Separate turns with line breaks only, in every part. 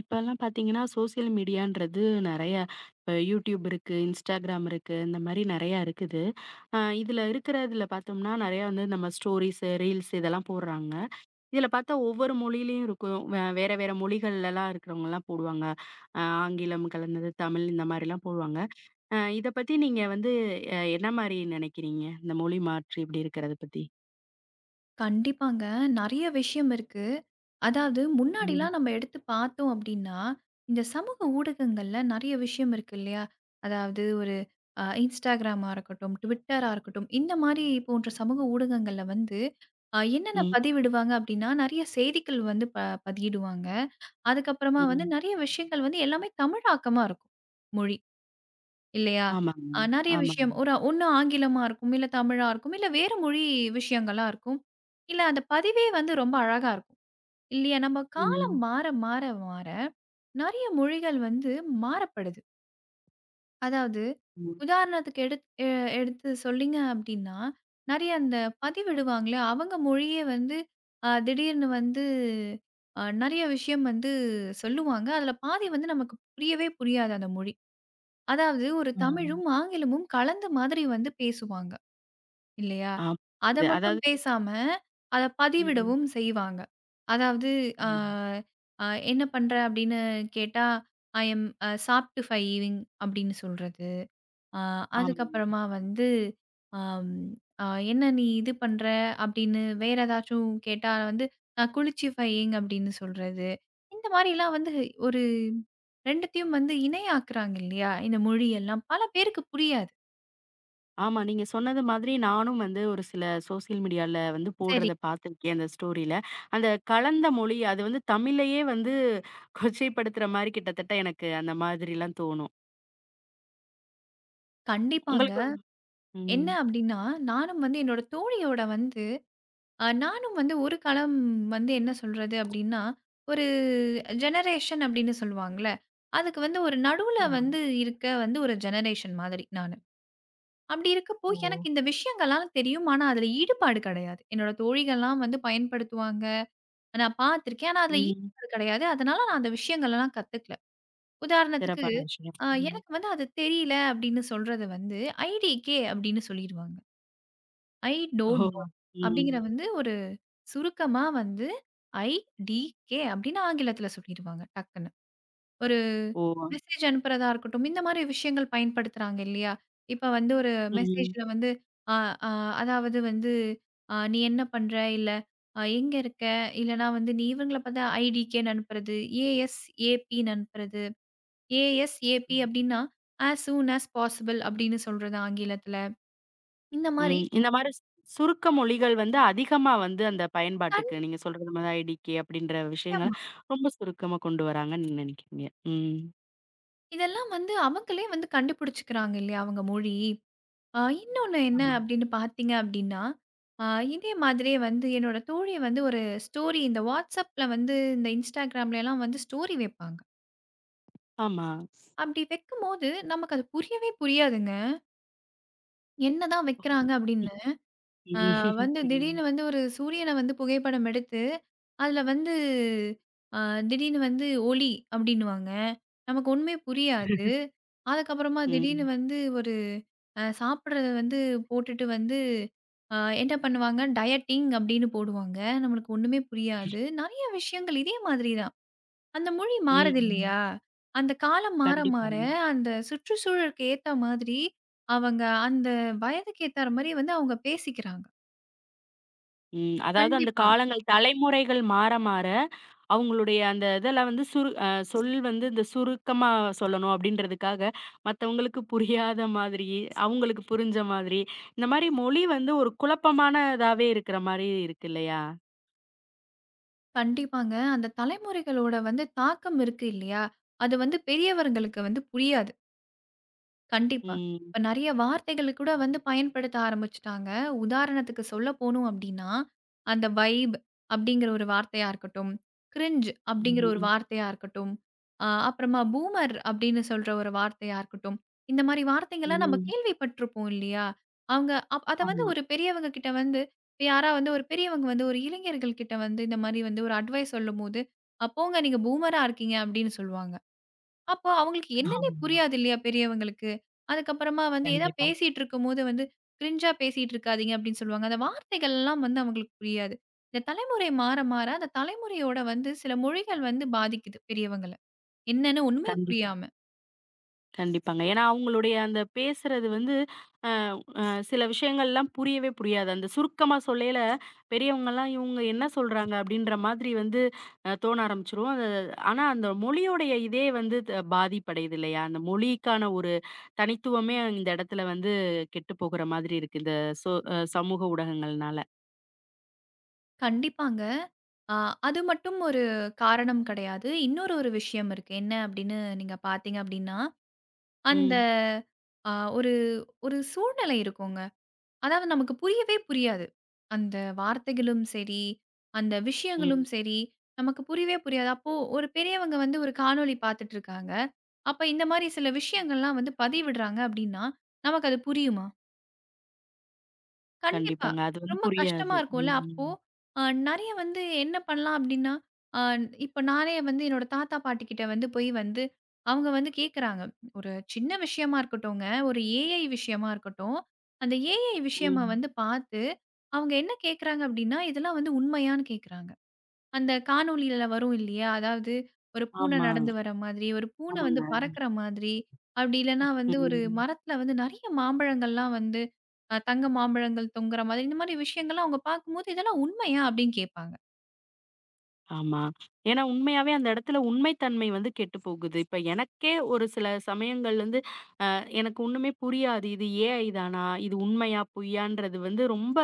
இப்பல்லாம் பார்த்தீங்கன்னா, சோசியல் மீடியான்றது நெறைய இப்ப யூடியூப் இருக்கு, Instagram இருக்கு, இந்த மாரி நெறையா இருக்குது. இதுல இருக்கிறதுல பார்த்தோம்னா, நெறையா வந்து நம்ம ஸ்டோரீஸு, ரீல்ஸ் இதெல்லாம் போடுறாங்க. இதுல பார்த்தா ஒவ்வொரு மொழியிலயும் இருக்கும். வேற வேற மொழிகள்லலாம் இருக்கிறவங்கலாம் போடுவாங்க. ஆங்கிலம் கலந்தது, தமிழ் இந்த மாரிலாம் போடுவாங்க. இத பத்தி நீங்க வந்து என்ன மாரி நினைக்கிறீங்க? இந்த மொழி மாற்று இப்படி இருக்கிறத பத்தி?
கண்டிப்பாங்க. நெறைய விஷயம் இருக்கு. அதாவது
ம்.
முன்னாடிலாம் நம்ம எடுத்து பார்த்தோம் அப்டின்னா, இந்த சமூக ஊடகங்கள்ல நெறைய விஷயம் இருக்கு இல்லையா? அதாவது ஒரு Instagramமா இருக்கட்டும், Twitterரா இருக்கட்டும், இந்த மாரி போன்ற சமூக ஊடகங்கள்ல வந்து என்னென்ன
ம்.
பதிவிடுவாங்க அப்டின்னா, நெறைய செய்திகள் வந்து பதியிடுவாங்க. அதுக்கப்புறமா வந்து
ம்.
நெறைய விஷயங்கள் வந்து எல்லாமே தமிழாக்கமா இருக்கும். மொழி. இல்லையா?
ஆமாங்க.
நெறைய
ஆமாங்க.
விஷயம் ஒரு ஒண்ணு ஆங்கிலமா இருக்கும், இல்ல தமிழா இருக்கும், இல்ல வேற மொழி விஷயங்களா இருக்கும். இல்ல அந்த பதிவே வந்து ரொம்ப அழகா இருக்கும். இல்லையா? நம்ம காலம்
ம்.
மாற, மாற, மாற நெறைய மொழிகள் வந்து மாறப்படுது. அதாவது
ம்.
உதாரணத்துக்கு எடுத்து சொல்லீங்க அப்டின்னா, நெறைய அந்த பதிவிடுவாங்கல்ல, அவங்க மொழியே வந்து திடீர்னு வந்து நெறைய விஷயம் வந்து சொல்லுவாங்க. அதுல பாதி வந்து நமக்கு புரியவே புரியாது அந்த மொழி. அதாவது ஒரு
ஆ.
தமிழும், ஆங்கிலமும் கலந்த மாதிரி வந்து பேசுவாங்க இல்லையா?
ஆ.
அத
இது
மட்டும்
அதாவது
பேசாம, அத
ம்.
பதிவிடவும் செய்வாங்க. அதாவது அ
ஆமா.
அ என்ன பண்ற? அப்படின்னு கேட்டா, ஐ எம் சாப்ட்டு ஃபைவிங் அப்படின்னு சொல்றது. ஆ
ஆமாமா.
அதுக்கப்புறமா வந்து, அம் அ "என்ன நீ இது பண்ற?" அப்படின்னு வேற ஏதாச்சும் கேட்டா வந்து, நான் குளிச்சிஃபையிங் அப்படின்னு சொல்றது. இந்த மாரிலாம் வந்து ஒரு 2த்தையும் வந்து இணையாக்குறாங்க இல்லையா? இந்த மொழியெல்லாம் பல பேருக்கு புரியாது.
ஆமா. நீங்க சொன்னது மாதிரி நானும் வந்து ஒரு சில சோசியல் மீடியால வந்து
சரி.
போடுறத பார்த்துருக்கேன் அந்த ஸ்டோரியில. அந்த கலந்த மொழி அது வந்து தமிழையே வந்து கொச்சைப்படுத்துற மாரி கிட்டத்தட்ட எனக்கு அந்த மாதிரிலாம் தோணும்.
கண்டிப்பாங்க.
உங்களுக்கு ம்.
என்ன அப்படின்னா, நானும் வந்து என்னோட தோழியோட வந்து நானும் வந்து ஒரு காலம் வந்து என்ன சொல்றது அப்டின்னா, ஒரு ஜெனரேஷன் அப்டின்னு சொல்லுவாங்கல்ல. அதுக்கு வந்து ஒரு நடுவுல
ஆமா.
வந்து இருக்க வந்து ஒரு ஜெனரேஷன் மாதிரி நானு. அப்டி இருக்கப்போ
ஓ!
எனக்கு இந்த விஷயங்கள்லாம் தெரியும். ஆனா அதுல ஈடுபாடு கெடையாது. என்னோட தோழிகள்லாம் வந்து பயன்படுத்துவாங்க. நான் பார்த்துருக்கேன். ஆனா அதுல
ம்.
ஈடுபாடு கெடையாது. அதனால நான் அந்த விஷயங்கள்லாம் கத்துக்கல. உதாரணத்துக்கு
சிறப்பான விஷயம். ம்.
எனக்கு வந்து அது தெரியல அப்டின்னு சொல்றது வந்து ஐடிகே அப்டின்னு சொல்லிருவாங்க. ஐ
ஓ!
டோன்ட் நோ
ம்.
அப்டிங்கிற வந்து ஒரு சுருக்கமா வந்து ஐடிகே அப்படின்னு ஆங்கிலத்தில சொல்லிருவாங்க டக்குன்னு. ஒரு
ஓ!
மெசேஜ் அனுப்புறதா இருக்கட்டும், இந்த மாரி விஷயங்கள் பயன்படுத்துறாங்க இல்லையா? இப்ப வந்து ஒரு
ம்.
மெசேஜ்ல வந்து அ அ அதாவது வந்து "நீ என்ன பண்ற?" இல்ல "எங்க இருக்க?" இல்லனா வந்து நீ இவங்கள பார்த்தா ஐடிகேன்னு அனுப்புறது, ஏஎஸ்ஏபின்னு அனுப்புறது. ஏஎஸ்ஏபி அப்படின்னா "ஆஸ் சூன் ஆஸ் பாசிபிள்" அப்படின்னு சொல்றது ஆங்கிலத்தில. இந்த மாரி
ம். இந்த மாரி சுருக்க மொழிகள் வந்து அதிகமா வந்து அந்த
தனி
பயன்பாட்டுக்கு நீங்க சொல்றது மாரி ஐடிகே அப்படின்ற விஷயங்கள
விஷயமா
ரொம்ப சுருக்கமா கொண்டு வராங்கன்னு நீங்க நினைக்கிறீங்க. ம்.
இதெல்லாம் வந்து அவங்களே வந்து கண்டுபிடிச்சுக்கிறாங்க இல்லையா அவங்க மொழி. இன்னொன்னு என்ன
ஆமா.
அப்படின்னு பார்த்தீங்க அப்படின்னா, ஆ இதே மாதிரியே வந்து என்னோட தோழி வந்து ஒரு ஸ்டோரி இந்த WhatsAppல வந்து இந்த Instagramலலாம் வந்து ஸ்டோரி வைப்பாங்க.
ஆமா.
அப்படி வைக்கும்போது நமக்கு அது புரியவே புரியாதுங்க. என்னதான் வைக்கிறாங்க அப்படின்னு.
ம்.
ஆ வந்து
ம்.
திடீர்னு வந்து ஒரு சூரியன வந்து புகைப்படம் எடுத்து, அதுல வந்து அ திடீர்னு வந்து ஒளி அப்டின்னுவாங்க. நமக்கு ஒண்ணுமே புரியாது. அதுக்கப்புறமா திடீர்னு
ம்.
வந்து ஒரு சாப்பிடுறத வந்து போட்டுட்டு வந்து அ என்ன பண்ணுவாங்க, டயட்டிங் அப்டின்னு போடுவாங்க. நம்மளுக்கு ஒண்ணுமே புரியாது. நெறைய விஷயங்கள் இதே மாதிரி தான். அந்த மொழி மாறுது
ம்.
இல்லையா? அந்த காலம் மாற மாற
கண்டிப்பாங்க.
அந்த சுற்றுச்சூழலுக்கு ஏத்த மாதிரி அவங்க அந்த வயதுக்கு ஏத்தார் மாரி வந்து அவங்க பேசிக்கிறாங்க.
ம். அதாவது அந்த
கண்டிப்பா,
காலங்கள் தலைமுறைகள் மாற, மாற அவங்களுடைய அந்த இதெல்லாம் வந்து சுரு அ சொல் வந்து இந்த சுருக்கமா சொல்லணும் அப்படின்றதுக்காக, மத்தவங்களுக்கு புரியாத மாதிரி, அவங்களுக்கு புரிஞ்ச மாதிரி, இந்த மாரி மொழி வந்து ஒரு குழப்பமானதாவே இருக்கிற மாரி இருக்கு இல்லையா?
கண்டிப்பாங்க. அந்த தலைமுறைகளோட வந்து தாக்கம் இருக்கு இல்லையா? அது வந்து பெரியவர்களுக்கு வந்து புரியாது. கண்டிப்பா.
ம்.
இப்ப நெறைய வார்த்தைகள கூட வந்து பயன்படுத்த ஆரம்பிச்சுட்டாங்க. உதாரணத்துக்கு சொல்ல போணும் அப்டின்னா, அந்த வைப் அப்டிங்கிற ஒரு வார்த்தையா இருக்கட்டும், கிரிஞ்ச் அப்டிங்கிற ஒரு
ம்.
வார்த்தையா இருக்கட்டும், அப்புறமா பூமர் அப்டின்னு சொல்ற ஒரு வார்த்தையா இருக்கட்டும். இந்த மாரி வார்த்தைகள்லாம் நம்ம
ம்.
கேள்விப்பட்டுருப்போம் இல்லையா? அவங்க அத வந்து
ஆமா.
ஒரு பெரியவங்க கிட்ட வந்து இப்ப யாரா வந்து ஒரு பெரியவங்க வந்து ஒரு இளைஞர்கள் கிட்ட வந்து இந்த மாரி வந்து ஒரு அட்வைஸ் சொல்லும்போது, போங்க நீங்க பூமரா இருக்கீங்க" அப்டின்னு சொல்லுவாங்க. அப்போ அவங்களுக்கு என்னன்னே
ஆமா.
புரியாது இல்லையா பெரியவங்களுக்கு. அதுக்கப்புறமா வந்து ஏதா
கண்டிப்பா.
பேசிட்டு இருக்கும்போது வந்து, "கிரிஞ்சா பேசிட்டு இருக்காதீங்க" அப்படின்னு சொல்லுவாங்க. அந்த வார்த்தைகள்லாம் வந்து அவங்களுக்கு புரியாது. இந்த தலைமுறை மாற, மாற அந்த தலைமுறையோட வந்து சில மொழிகள் வந்து பாதிக்குது பெரியவங்கள. என்னன்னு ஒண்ணுமே
கண்டிப்பா.
புரியாம.
கண்டிப்பாங்க. ஏன்னா, அவங்களுடைய அந்த பேசுறது வந்து அ அ சில விஷயங்கள்லாம் புரியவே புரியாது. அந்த சுருக்கமா சொல்லையில, பெரியவங்கலாம் இவங்க என்ன சொல்றாங்க? அப்படின்ற மாதிரி வந்து தோண ஆரம்பிச்சுரும். அது ஆனா அந்த மொழியோடைய இதே வந்து பாதிப்படையுது இல்லையா? அந்த மொழிக்கான ஒரு தனித்துவமே இந்த இடத்துல வந்து கெட்டு போகுற மாதிரி இருக்கு. இந்த சோ அ சமூக ஊடகங்கள்னால.
கண்டிப்பாங்க. ஆ அது மட்டும் ஒரு காரணம் கிடையாது. இன்னொரு ஒரு விஷயம் இருக்கு. என்ன அப்படின்னு நீங்க பார்த்தீங்க அப்படின்னா, அந்த
ம்,
அ ஒரு ஒரு சூழ்நிலை இருக்குங்க. அதாவது நமக்கு புரியவே புரியாது. அந்த வார்த்தைகளும் சரி, அந்த விஷயங்களும்
ம்.
சரி, நமக்கு புரியவே புரியாது. அப்போ ஒரு பெரியவங்க வந்து ஒரு காணொளி பார்த்துட்டு இருக்காங்க. அப்ப இந்த மாரி சில விஷயங்கள்லாம் வந்து பதிவிடுறாங்க அப்டின்னா, நமக்கு அது புரியுமா? கண்டிப்பா.
கண்டிப்பாங்க. அது வந்து
ரொம்ப கஷ்டமா
புரியாது.
இருக்கும்ல. அப்போ
ம்,
அ நெறைய வந்து என்ன பண்ணலாம் அப்டின்னா, அ இப்ப நானே வந்து என்னோட தாத்தா, பாட்டி கிட்ட வந்து போய் வந்து அவங்க வந்து கேட்கறாங்க. ஒரு சின்ன விஷயமா இருக்கட்டுங்க. ஒரு ஏஐ விஷயமா இருக்கட்டும். அந்த ஏஐ விஷயமா
ம்.
வந்து பார்த்து, அவங்க என்ன கேட்கறாங்க அப்டின்னா, இதெல்லாம் வந்து உண்மையான்னு கேட்கறாங்க. அந்த காணொளியில வரும் இல்லையா? அதாவது ஒரு பூனை
ஆமா.
நடந்து வர மாதிரி, ஒரு பூனை வந்து
ஆமாங்க.
பறக்கிற மாதிரி, அப்படி இல்லன்னா வந்து ஒரு
ம்.
மரத்துல வந்து நெறைய மாம்பழங்கள்லாம் வந்து தங்க மாம்பழங்கள் தொங்குற மாதிரி, இந்த மாதிரி விஷயங்கள்லாம் அவங்க பார்க்கும்போது, "இதெல்லாம் உண்மையா?" அப்படின்னு கேட்பாங்க.
ஆமா. ஏன்னா உண்மையாவே அந்த இடத்துல உண்மை தன்மை வந்து கெட்டு போகுது. இப்ப எனக்கே ஒரு சில சமயங்கள் வந்து எனக்கு ஒண்ணுமே புரியாது. இது ஏஐ தானா? இது உண்மையா? பொய்யான்றது வந்து ரொம்ப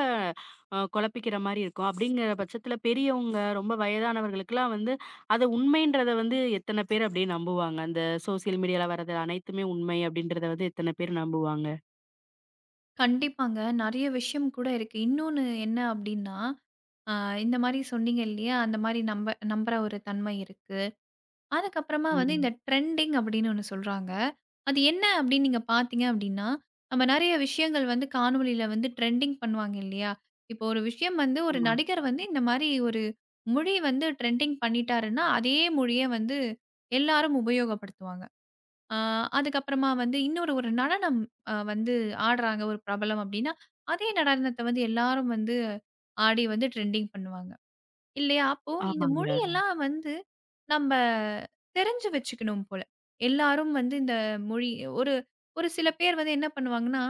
குழப்பிக்கிற மாரி இருக்கும். அப்படிங்கிற பட்சத்துல பெரியவங்க, ரொம்ப வயதானவர்களுக்கெல்லாம் வந்து அத உண்மைன்றத வந்து எத்தன பேர் அப்படியே நம்புவாங்க? அந்த சோசியல் மீடியால வர்றது அனைத்துமே உண்மை அப்படின்றத வந்து எத்தன பேர் நம்புவாங்க?
கண்டிப்பாங்க. நெறைய விஷயம் கூட இருக்கு. இன்னொன்னு என்ன அப்படின்னா, அ இந்த மாரி சொன்னீங்க இல்லையா? அந்த மாரி நம்புற ஒரு தன்மை இருக்கு. அதுக்கப்புறமா வந்து
ம்.
இந்த ட்ரெண்டிங் அப்படின்னு ஒண்ணு சொல்றாங்க. அது என்ன அப்படின்னு நீங்க பார்த்தீங்க அப்படின்னா, நம்ம நெறைய விஷயங்கள் வந்து காணொளியில வந்து ட்ரெண்டிங் பண்ணுவாங்க இல்லையா? இப்போ ஒரு விஷயம் வந்து ஒரு
ஆமா.
நடிகர் வந்து இந்த மாரி ஒரு மொழி வந்து ட்ரெண்டிங் பண்ணிட்டாருன்னா, அதே மொழிய வந்து எல்லாரும் உபயோகப்படுத்துவாங்க. ஆ அதுக்கப்புறமா வந்து இன்னொரு ஒரு நடனம் வந்து ஆடுறாங்க ஒரு பிரபலம் அப்படின்னா, அதே நடனத்த வந்து எல்லாரும் வந்து ஆடி வந்து ட்ரெண்டிங் பண்ணுவாங்க. இல்லையா? அப்போ இந்த
ஆமாங்க.
மொழியெல்லாம் வந்து நம்ம தெரிஞ்சு வச்சுக்கணும் போல. எல்லாரும் வந்து இந்த மொழி ஒரு ஒரு சில பேர் வந்து என்ன பண்ணுவாங்கன்னா,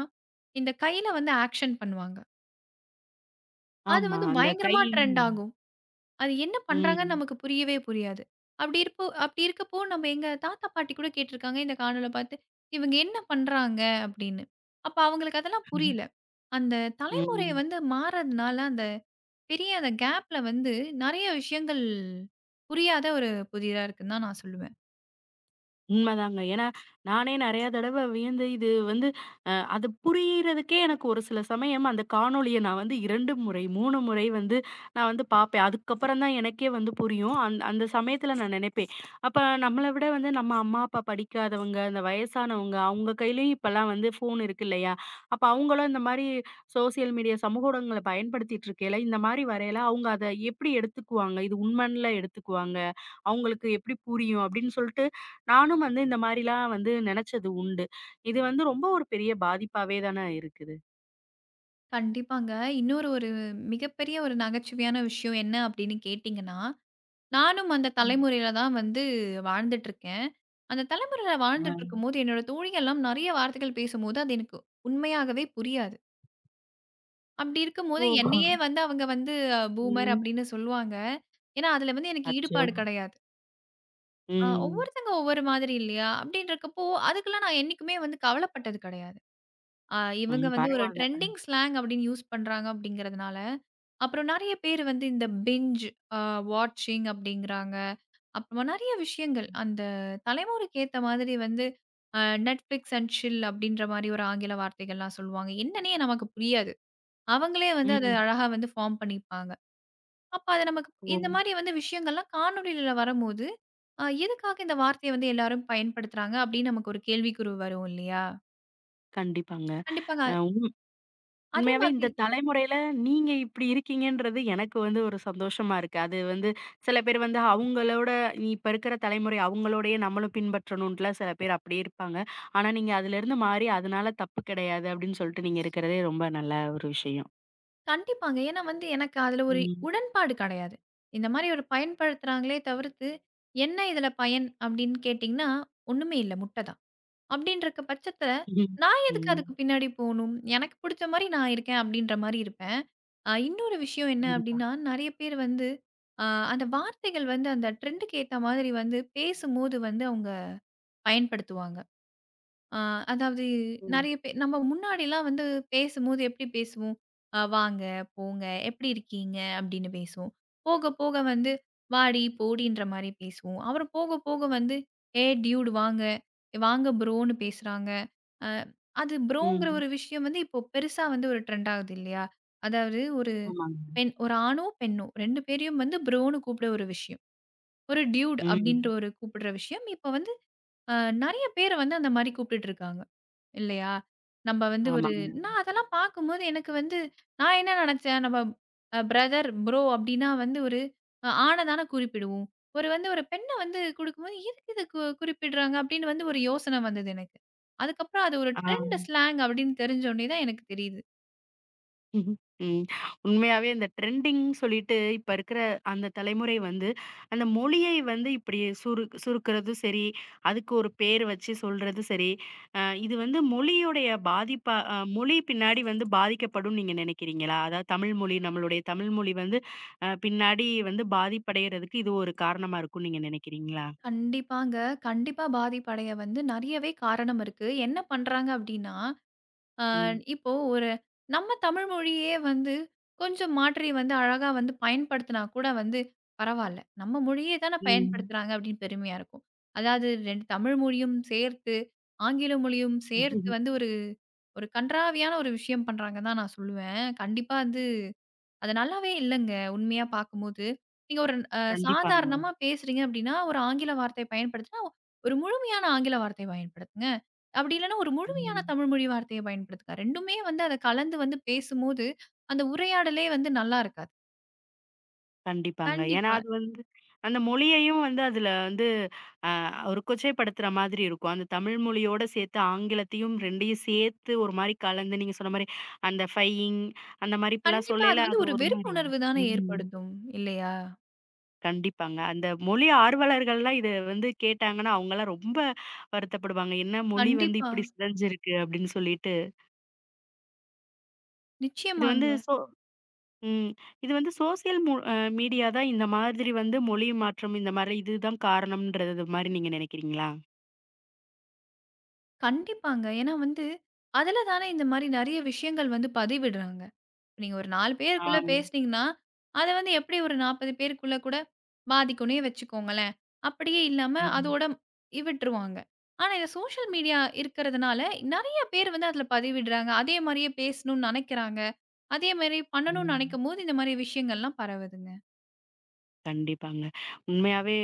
இந்த கையில வந்து ஆக்ஷன் பண்ணுவாங்க. அது
ஆமா.
வந்து
அந்த கை
பயங்கரமா ட்ரெண்ட் ஆகும். அது என்ன பண்றாங்கன்னு
ம்.
நமக்கு புரியவே புரியாது. அப்படி இருக்கப்போ நம்ம எங்க தாத்தா, பாட்டி கூட கேட்டுருக்காங்க இந்த காணொள பார்த்து. இவங்க என்ன பண்றாங்க? அப்படின்னு. அப்ப அவங்களுக்கு அதெல்லாம் புரியல. அந்த தலைமுறை
ம்.
வந்து மாறதுனால அந்த பெரிய அந்த கேப்ல வந்து நெறைய விஷயங்கள் புரியாத ஒரு புதிதா இருக்குன்னு தான் நான் சொல்லுவேன்.
உண்மதாங்க. ஏன்னா, நானே நெறைய தடவ வியந்து இது வந்து அது புரியறதுக்கே எனக்கு ஒரு சில சமயம் அந்த காணொளிய நான் வந்து 2 முறை, 3 முறை வந்து நான் வந்து பார்ப்பேன். அதுக்கப்புறம் தான் எனக்கே வந்து புரியும். அந்த சமயத்துல நான் நெனைப்பேன். அப்ப நம்மள விட வந்து நம்ம அம்மா, அப்பா படிக்காதவங்க, இந்த வயசானவங்க, அவங்க கையிலயும் இப்பலாம் வந்து ஃபோன் இருக்கு இல்லையா? அப்ப அவங்களும் இந்த மாரி சோசியல் மீடியா சமூக ஊடகங்கள பயன்படுத்திட்டு இருக்கையில, இந்த மாரி வரையில அவங்க அத எப்படி எடுத்துக்குவாங்க? இது உண்மைன்ல எடுத்துக்குவாங்க? அவங்களுக்கு எப்படி புரியும்? அப்படின்னு சொல்லிட்டு நானும் வந்து இந்த மாரிலாம் வந்து நெனச்சது உண்டு. இது வந்து ரொம்ப ஒரு பெரிய பாதிப்பாவே தான இருக்குது.
கண்டிப்பாங்க. இன்னொரு ஒரு மிகப்பெரிய ஒரு நகைச்சுவையான விஷயம் என்ன அப்படின்னு கேட்டீங்கன்னா, நானும் அந்த
ம்.
தலைமுறையில தான் வந்து வாழ்ந்துட்டுருக்கேன். அந்த தலைமுறையில
ஆ.
வாழ்ந்துட்டுருக்கும்போது, என்னோட தோழிகள்லாம் நெறைய வார்த்தைகள் பேசும்போது, அது எனக்கு உண்மையாகவே புரியாது. அப்படி
ஓ!
இருக்கும்போது என்னையே வந்து அவங்க வந்து பூமர்
ம்.
அப்படின்னு சொல்லுவாங்க. ஏன்னா, அதுல வந்து எனக்கு
அச்சோ!
ஈடுபாடு கிடையாது.
ம்.
ஒவ்வொருத்தங்க ஒவ்வொரு மாதிரி இல்லையா? அப்டின்றக்கப்போ, அதுக்கெல்லாம் நான் என்னைக்குமே வந்து கவலைப்பட்டது கிடையாது. ஆ இவங்க
ம்.
வந்து ஒரு
பரவால்ல.
ட்ரெண்டிங் ஸ்லாங் அப்டின்னு யூஸ் பண்றாங்க அப்டிங்கிறதுனால, அப்புறம் நெறைய பேர் வந்து இந்த பிஞ்ச் அ வாட்சிங் அப்டிங்கிறாங்க. அப்புறமா நெறைய விஷயங்கள் அந்த தலைமுறைக்கு ஏத்த மாதிரி வந்து அ Netflix அண்ட் சில் அப்டின்ற மாரி ஒரு ஆங்கில வார்த்தைகள்லாம் சொல்லுவாங்க. என்னன்னே நமக்கு புரியாது. அவங்களே வந்து அத
ம்.
அழகா வந்து ஃபார்ம் பண்ணிப்பாங்க. அப்ப அது நமக்கு
ஓ!
இந்த மாரி வந்து விஷயங்கள்லாம் காணொளில வரம்போது, எதுக்காக இந்த வார்த்தைய வந்து எல்லாரும் பயன்படுத்துறாங்க அப்படின்னு நமக்கு ஒரு கேள்விக்குறி வரும் இல்லையா?
கண்டிப்பாங்க.
கண்டிப்பாங்க.
அ உண்
அதே
உண்மையாவே
மாதிரி
இந்த தலைமுறையில நீங்க இப்டி இருக்கீங்கன்றது எனக்கு வந்து ஒரு சந்தோஷமா இருக்கு. அது வந்து சில பேர் வந்து அவங்களோட இப்ப இருக்கிற தலைமுறை அவங்களோடயே நம்மளும் பின்பற்றணுன்ட்டுலாம் சில பேர் அப்டியே இருப்பாங்க. ஆனா நீங்க அதுலருந்து மாறி அதனால தப்பு கிடையாது அப்டின்னு சொல்ட்டு நீங்க இருக்கிறதே ரொம்ப நல்ல ஒரு விஷயம்.
கண்டிப்பாங்க. ஏன்னா வந்து எனக்கு அதுல ஒரு
ம்.
உடன்பாடு கெடையாது. இந்த மாரி ஒரு பயன்படுத்துறாங்களே தவிர்த்து, என்ன இதுல பயன் அப்படின்னு கேட்டீங்கன்னா, ஒண்ணுமே இல்ல. முட்டை தான். அப்படின்றக்க பட்சத்தில,
ம்.
நான் எதுக்கு
ம்.
அதுக்கு பின்னாடி போணும்? எனக்கு புடிச்ச மாரி நான் இருக்கேன் அப்படின்ற மாரி இருப்பேன். இன்னொரு விஷயம் என்ன
கண்டிப்பா.
அப்படின்னா, நெறைய பேர் வந்து அ அந்த வார்த்தைகள் வந்து அந்த ட்ரெண்டுக்கு ஏத்த மாதிரி வந்து பேசும்போது வந்து அவங்க பயன்படுத்துவாங்க. ஆ அதாவது
ம்.
நெறைய பேர் நம்ம முன்னாடிலாம் வந்து பேசும்போது எப்படி பேசுவோம்? வாங்க, போங்க, எப்படி இருக்கீங்க? அப்படின்னு பேசுவோம். போக போக வந்து வாடி, போடின்ற மாரி பேசுவோம். அப்புறம் போக போக வந்து ஏ டியூட் வாங்க, வாங்க ப்ரோன்னு பேசுறாங்க. அ அது ப்ரோங்கிற
ம்.
ஒரு விஷயம் வந்து இப்போ பெருசா வந்து ஒரு ட்ரெண்ட் ஆகுது இல்லையா? அதாவது ஒரு
ஆமாங்க.
பெண் ஒரு ஆணும், பெண்ணும் 2 பேரையும் வந்து ப்ரோன்னு கூப்பிட ஒரு விஷயம். ஒரு டியூட் அப்படின்ற
ம்.
ஒரு கூப்பிடுற விஷயம் இப்ப வந்து அ நெறைய பேர வந்து அந்த மாரி கூப்பிட்டுட்டு இருக்காங்க. இல்லையா? நம்ப வந்து ஒரு
ஆமாங்க.
நான் அதெல்லாம் பார்க்கும்போது எனக்கு வந்து நான் என்ன நெனச்சேன், நம்ம பிரதர், ப்ரோ அப்படின்னா வந்து ஒரு ஆண தான குறிப்பிடுவோம். ஒரு வந்து ஒரு பெண்ண வந்து குடுக்கும்போது, எதுக்கு இத குறிப்பிடுறாங்க அப்படின்னு வந்து ஒரு யோசனை வந்தது எனக்கு. அதுக்கப்புறம் அது ஒரு
ஆ.
ட்ரெண்ட் ஸ்லாங் அப்படின்னு தெரிஞ்சோனே தான் எனக்கு தெரியுது.
ம். உண்மையாவே இந்த ட்ரெண்டிங்ன்னு சொல்லிட்டு இப்ப இருக்கிற அந்த தலைமுறை வந்து, அந்த மொழியை வந்து இப்படி சுருக்குறதும் சரி, அதுக்கு ஒரு பேர் வச்சு சொல்றதும் சரி, அ இது வந்து மொழியுடைய பாதிப்பா மொழி பின்னாடி வந்து பாதிக்கப்படும்னு நீங்க நினைக்கிறீங்களா? அதாவது தமிழ் மொழி நம்மளுடைய தமிழ் மொழி வந்து பின்னாடி வந்து பாதிப்படையறதுக்கு இது ஒரு காரணமா இருக்கும்னு நீங்க நினைக்கிறீங்களா?
கண்டிப்பாங்க. கண்டிப்பா பாதிப்படைய வந்து நெறையவே காரணம் இருக்கு. என்ன பண்றாங்க அப்படின்னா ஆ,
ம்.
இப்போ ஒரு நம்ம தமிழ் மொழியே வந்து கொஞ்சம் மாற்றி வந்து அழகா வந்து பயன்படுத்தினா கூட வந்து பரவால்ல. நம்ம மொழியே தானே பயன்படுத்துறாங்க அப்படின்னு பெருமையா இருக்கும். அதாவது 2 தமிழ் மொழியும் சேர்த்து, ஆங்கில மொழியும் சேர்த்து
ம்.
வந்து ஒரு ஒரு கண்றாவியான ஒரு விஷயம் பண்றாங்கன்னு தான் நான் சொல்லுவேன். கண்டிப்பா வந்து அது நல்லாவே இல்லங்க. உண்மையா பார்க்கும்போது. நீங்க ஒரு
கண்டிப்பாங்க.
சாதாரணமா பேசுறீங்க அப்டின்னா, ஒரு ஆங்கில வார்த்தை பயன்படுத்தினா, ஒரு முழுமையான ஆங்கில வார்த்தை பயன்படுத்துங்க. அப்டி இல்லன்னா, ஒரு முழுமையான
ம்.
தமிழ் மொழி வார்த்தைய பயன்படுத்துங்க. 2மே வந்து அத கலந்து வந்து பேசும்போது, அந்த உரையாடலே வந்து நல்லா இருக்காது.
கண்டிப்பாங்க. ஏன்னா
கண்டிப்பா.
அது வந்து அந்த மொழியையும் வந்து அதுல வந்து அ ஒரு கொச்சைப்படுத்துற மாதிரி இருக்கும். அந்த தமிழ் மொழியோட சேர்த்து ஆங்கிலத்தையும் 2யும் சேர்த்து ஒரு மாரி கலந்து நீங்க சொன்ன மாரி அந்த ஃபையிங் அந்த மாரி இப்படிலாம்
கண்டிப்பா அது
சொல்லையில
வந்து
அது
ஒரு
ஒரு மாரி
வெறுப்புணர்வு தானே
ம்.
ஏற்படுத்தும். இல்லையா?
கண்டிப்பாங்க. அந்த மொழி ஆர்வலர்கள்லாம் இத வந்து கேட்டாங்கன்னா, அவங்கலாம் ரொம்ப வருத்தப்படுவாங்க. என்ன மொழி வந்து
கண்டிப்பா.
இப்படி சிதைஞ்சிருக்கு அப்படின்னு சொல்லிட்டு. இது வந்து
நிச்சயமாங்க.
ம். இது வந்து சோசியல் மு அ மீடியா தான் இந்த மாதிரி வந்து மொழி மாற்றம் இந்த மாரி இதுதான் காரணம்ன்றது மாரி நீங்க நினைக்கிறீங்களா?
கண்டிப்பாங்க. ஏன்னா வந்து, அதுல தானே இந்த மாரி நெறைய விஷயங்கள் வந்து பதிவிடுறாங்க. நீங்க ஒரு 4
ஆ.
பேருக்குள்ள பேசுனீங்கன்னா, அத வந்து எப்படி ஒரு 40 பேருக்குள்ள கூட பாதிக்கும்னே வச்சுக்கோங்களேன். அப்படியே இல்லாம
ம்.
அதோட விட்டுருவாங்க. ஆனா இந்த சோஷியல் மீடியா இருக்கிறதுனால நெறைய பேர் வந்து அதுல பதிவிடுறாங்க. அதே மாரியே பேசணும்னு நெனைக்கிறாங்க. அதே மாரி பண்ணணும்னு
ம்.
நெனைக்கும்போது இந்த மாரி விஷயங்கள்லாம் பரவுதுங்க.
கண்டிப்பாங்க. உண்மையாவே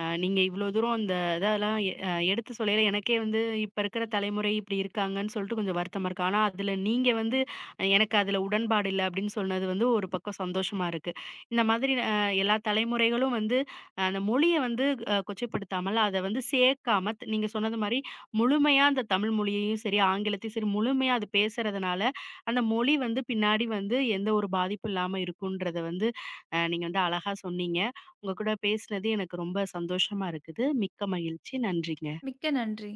நீங்க இவ்ளோ தூரம் அந்த இதெல்லாம் எ அ எடுத்து சொல்லையில எனக்கே வந்து இப்ப இருக்கிற தலைமுறை இப்டி இருக்காங்கன்னு சொல்லிட்டு கொஞ்சம் வருத்தமா இருக்கு. ஆனா, அதுல நீங்க வந்து எனக்கு அதுல உடன்பாடு இல்ல அப்டின்னு சொன்னது வந்து ஒரு பக்கம் சந்தோஷமா இருக்கு. இந்த மாதிரி எல்லா தலைமுறைகளும் வந்து அந்த மொழிய வந்து கொச்சைப்படுத்தாமல், அத வந்து சேர்க்காம நீங்க சொன்னது மாரி முழுமையா அந்த தமிழ் மொழியையும் சரி, ஆங்கிலத்தையும் சரி முழுமையா அது பேசுறதுனால, அந்த மொழி வந்து பின்னாடி வந்து எந்த ஒரு பாதிப்பும் இல்லாம இருக்குன்றத வந்து நீங்க வந்து அழகா சொன்னீங்க. உங்க கூட பேசினது எனக்கு ரொம்ப சந்தோஷமா இருக்குது. மிக்க மகிழ்ச்சி. நன்றிங்க.
மிக்க நன்றி.